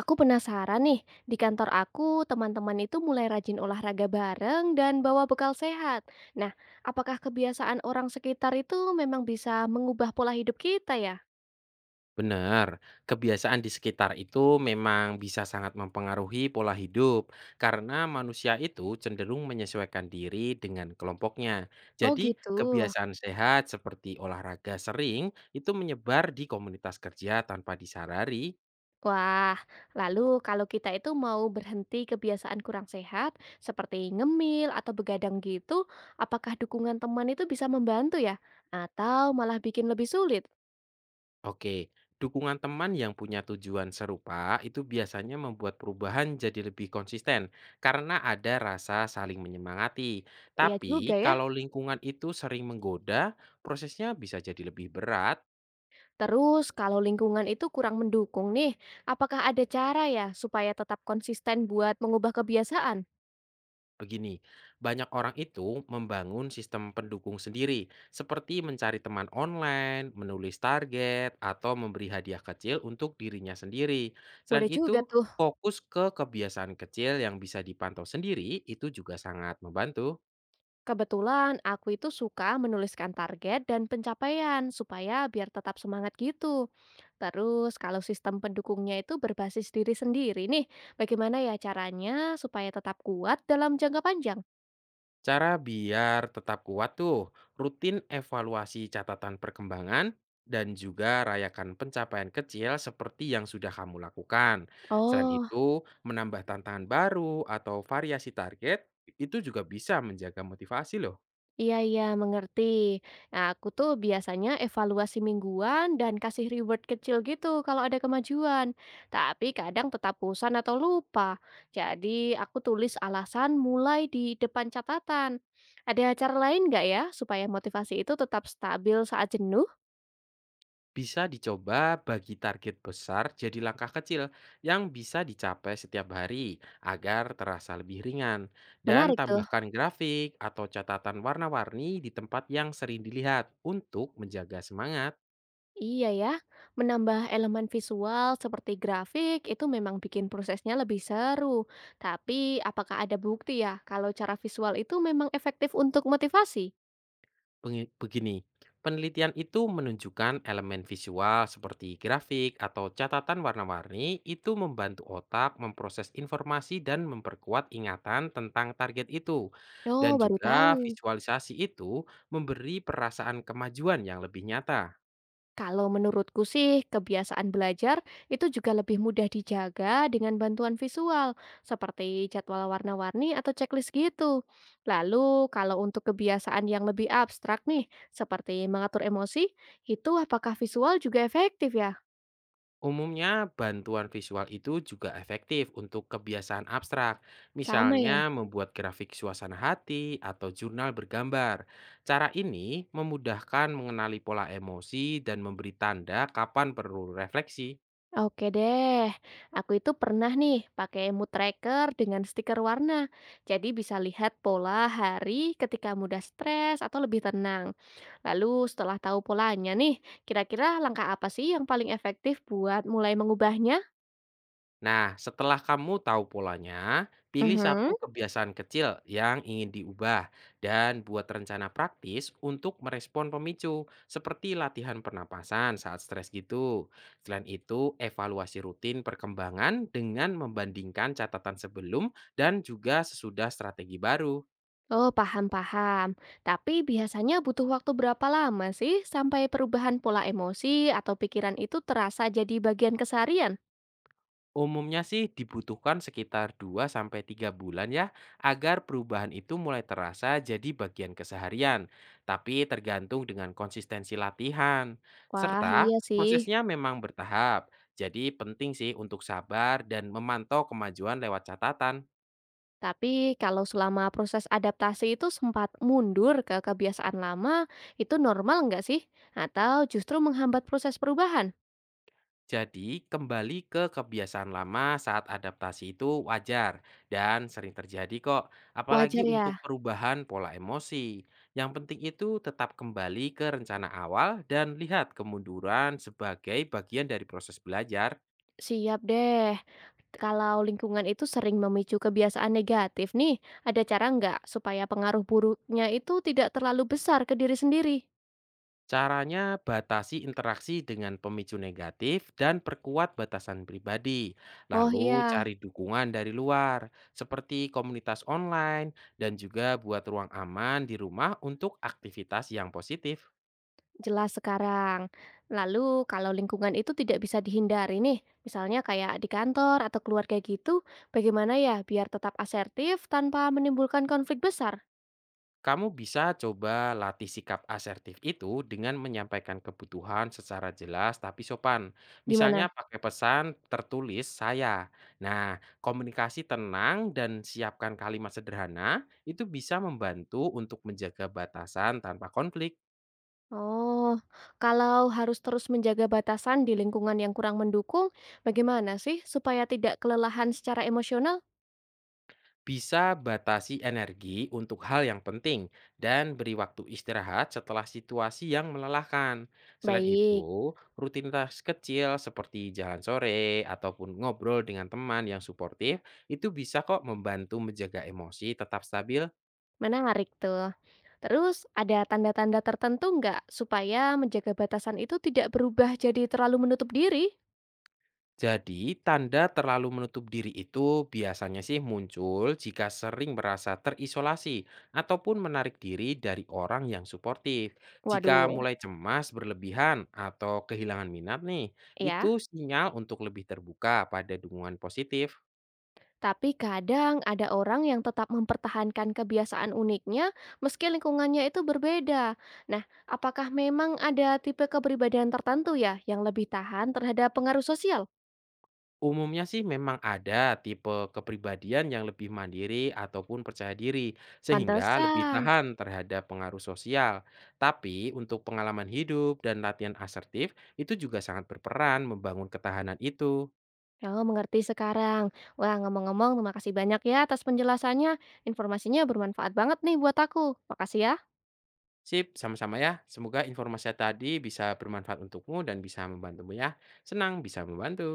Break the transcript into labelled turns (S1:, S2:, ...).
S1: Aku penasaran nih, di kantor aku teman-teman itu mulai rajin olahraga bareng dan bawa bekal sehat. Nah, apakah kebiasaan orang sekitar itu memang bisa mengubah pola hidup kita ya?
S2: Benar, kebiasaan di sekitar itu memang bisa sangat mempengaruhi pola hidup karena manusia itu cenderung menyesuaikan diri dengan kelompoknya.
S1: Oh
S2: Jadi,
S1: gitu.
S2: kebiasaan sehat seperti olahraga sering itu menyebar di komunitas kerja tanpa disadari.
S1: Wah, lalu kalau kita itu mau berhenti kebiasaan kurang sehat, seperti ngemil atau begadang gitu, apakah dukungan teman itu bisa membantu ya? Atau malah bikin lebih sulit?
S2: Oke, dukungan teman yang punya tujuan serupa itu biasanya membuat perubahan jadi lebih konsisten karena ada rasa saling menyemangati.
S1: Ya juga
S2: Tapi
S1: ya.
S2: kalau lingkungan itu sering menggoda, prosesnya bisa jadi lebih berat.
S1: Terus, kalau lingkungan itu kurang mendukung nih, apakah ada cara ya supaya tetap konsisten buat mengubah kebiasaan?
S2: Begini, Banyak orang itu membangun sistem pendukung sendiri, seperti mencari teman online, menulis target, atau memberi hadiah kecil untuk dirinya sendiri. Selain
S1: Boleh juga
S2: itu,
S1: tuh.
S2: fokus ke kebiasaan kecil yang bisa dipantau sendiri itu juga sangat membantu.
S1: Kebetulan aku itu suka menuliskan target dan pencapaian supaya biar tetap semangat gitu. Terus, kalau sistem pendukungnya itu berbasis diri sendiri nih, bagaimana ya caranya supaya tetap kuat dalam jangka panjang?
S2: Cara biar tetap kuat tuh, rutin evaluasi catatan perkembangan dan juga rayakan pencapaian kecil seperti yang sudah kamu lakukan. Selain
S1: Oh,
S2: itu, menambah tantangan baru atau variasi target itu juga bisa menjaga motivasi loh.
S1: iya iya, mengerti. Nah, aku tuh biasanya evaluasi mingguan dan kasih reward kecil gitu kalau ada kemajuan. Tapi kadang tetap bosan atau lupa. Jadi aku tulis alasan mulai di depan catatan. Ada cara lain nggak ya supaya motivasi itu tetap stabil saat jenuh?
S2: Bisa dicoba bagi target besar jadi langkah kecil yang bisa dicapai setiap hari agar terasa lebih ringan. Dan
S1: Menarik tuh.
S2: tambahkan grafik atau catatan warna-warni di tempat yang sering dilihat untuk menjaga semangat.
S1: Iya ya, menambah elemen visual seperti grafik itu memang bikin prosesnya lebih seru. Tapi apakah ada bukti ya kalau cara visual itu memang efektif untuk motivasi?
S2: Pengi- Begini, Penelitian itu menunjukkan elemen visual seperti grafik atau catatan warna-warni itu membantu otak memproses informasi dan memperkuat ingatan tentang target itu.
S1: Oh,
S2: Dan
S1: baru
S2: juga
S1: tahu.
S2: visualisasi itu memberi perasaan kemajuan yang lebih nyata.
S1: Kalau menurutku sih, kebiasaan belajar itu juga lebih mudah dijaga dengan bantuan visual, seperti jadwal warna-warni atau checklist gitu. Lalu, kalau untuk kebiasaan yang lebih abstrak nih, seperti mengatur emosi, itu apakah visual juga efektif ya?
S2: Umumnya, bantuan visual itu juga efektif untuk kebiasaan abstrak,
S1: Sama
S2: misalnya
S1: ya?
S2: membuat grafik suasana hati atau jurnal bergambar. Cara ini memudahkan mengenali pola emosi dan memberi tanda kapan perlu refleksi.
S1: Oke deh, aku itu pernah nih pakai mood tracker dengan stiker warna. Jadi bisa lihat pola hari ketika mudah stres atau lebih tenang. Lalu setelah tahu polanya nih, kira-kira langkah apa sih yang paling efektif buat mulai mengubahnya?
S2: Nah, setelah kamu tahu polanya, pilih
S1: Mhm.
S2: satu kebiasaan kecil yang ingin diubah dan buat rencana praktis untuk merespon pemicu, seperti latihan pernapasan saat stres gitu. Selain itu, evaluasi rutin perkembangan dengan membandingkan catatan sebelum dan juga sesudah strategi baru.
S1: Oh, paham-paham. Tapi biasanya butuh waktu berapa lama sih sampai perubahan pola emosi atau pikiran itu terasa jadi bagian keseharian?
S2: Umumnya sih dibutuhkan sekitar 2 sampai 3 bulan ya agar perubahan itu mulai terasa jadi bagian keseharian, tapi tergantung dengan konsistensi latihan.
S1: Wah,
S2: Serta
S1: iya sih.
S2: prosesnya memang bertahap. Jadi penting sih untuk sabar dan memantau kemajuan lewat catatan.
S1: Tapi kalau selama proses adaptasi itu sempat mundur ke kebiasaan lama, itu normal nggak sih? Atau justru menghambat proses perubahan?
S2: Jadi, kembali ke kebiasaan lama saat adaptasi itu wajar dan sering terjadi kok, apalagi
S1: Wajar ya?
S2: untuk perubahan pola emosi. Yang penting itu tetap kembali ke rencana awal dan lihat kemunduran sebagai bagian dari proses belajar.
S1: Siap deh. Kalau lingkungan itu sering memicu kebiasaan negatif nih, ada cara nggak supaya pengaruh buruknya itu tidak terlalu besar ke diri sendiri?
S2: Caranya batasi interaksi dengan pemicu negatif dan perkuat batasan pribadi.
S1: Oh
S2: Lalu
S1: iya.
S2: cari dukungan dari luar, seperti komunitas online dan juga buat ruang aman di rumah untuk aktivitas yang positif.
S1: Jelas sekarang. Lalu kalau lingkungan itu tidak bisa dihindari nih, misalnya kayak di kantor atau keluarga gitu, bagaimana ya biar tetap asertif tanpa menimbulkan konflik besar?
S2: Kamu bisa coba latih sikap asertif itu dengan menyampaikan kebutuhan secara jelas tapi sopan.
S1: Gimana?
S2: Misalnya pakai pesan tertulis saya. Nah, komunikasi tenang dan siapkan kalimat sederhana itu bisa membantu untuk menjaga batasan tanpa konflik.
S1: Oh, kalau harus terus menjaga batasan di lingkungan yang kurang mendukung, bagaimana sih supaya tidak kelelahan secara emosional?
S2: Bisa batasi energi untuk hal yang penting dan beri waktu istirahat setelah situasi yang melelahkan. Selain
S1: Baik,
S2: itu, rutinitas kecil seperti jalan sore ataupun ngobrol dengan teman yang suportif itu bisa kok membantu menjaga emosi tetap stabil.
S1: menarik tuh. Terus ada tanda-tanda tertentu nggak supaya menjaga batasan itu tidak berubah jadi terlalu menutup diri?
S2: Jadi, tanda terlalu menutup diri itu biasanya sih muncul jika sering merasa terisolasi ataupun menarik diri dari orang yang suportif. Jika
S1: Waduh,
S2: mulai cemas berlebihan atau kehilangan minat nih,
S1: ya.
S2: itu sinyal untuk lebih terbuka pada dukungan positif.
S1: Tapi kadang ada orang yang tetap mempertahankan kebiasaan uniknya meski lingkungannya itu berbeda. Nah, apakah memang ada tipe kepribadian tertentu ya yang lebih tahan terhadap pengaruh sosial?
S2: Umumnya sih memang ada tipe kepribadian yang lebih mandiri ataupun percaya diri, sehingga lebih
S1: Pantesan.
S2: tahan terhadap pengaruh sosial. Tapi untuk pengalaman hidup dan latihan asertif, itu juga sangat berperan membangun ketahanan itu.
S1: Oh, mengerti sekarang. Wah, ngomong-ngomong, terima kasih banyak ya atas penjelasannya. Informasinya bermanfaat banget nih buat aku. Makasih ya.
S2: Sip, sama-sama ya. Semoga informasi tadi bisa bermanfaat untukmu dan bisa membantumu ya. Senang bisa membantu.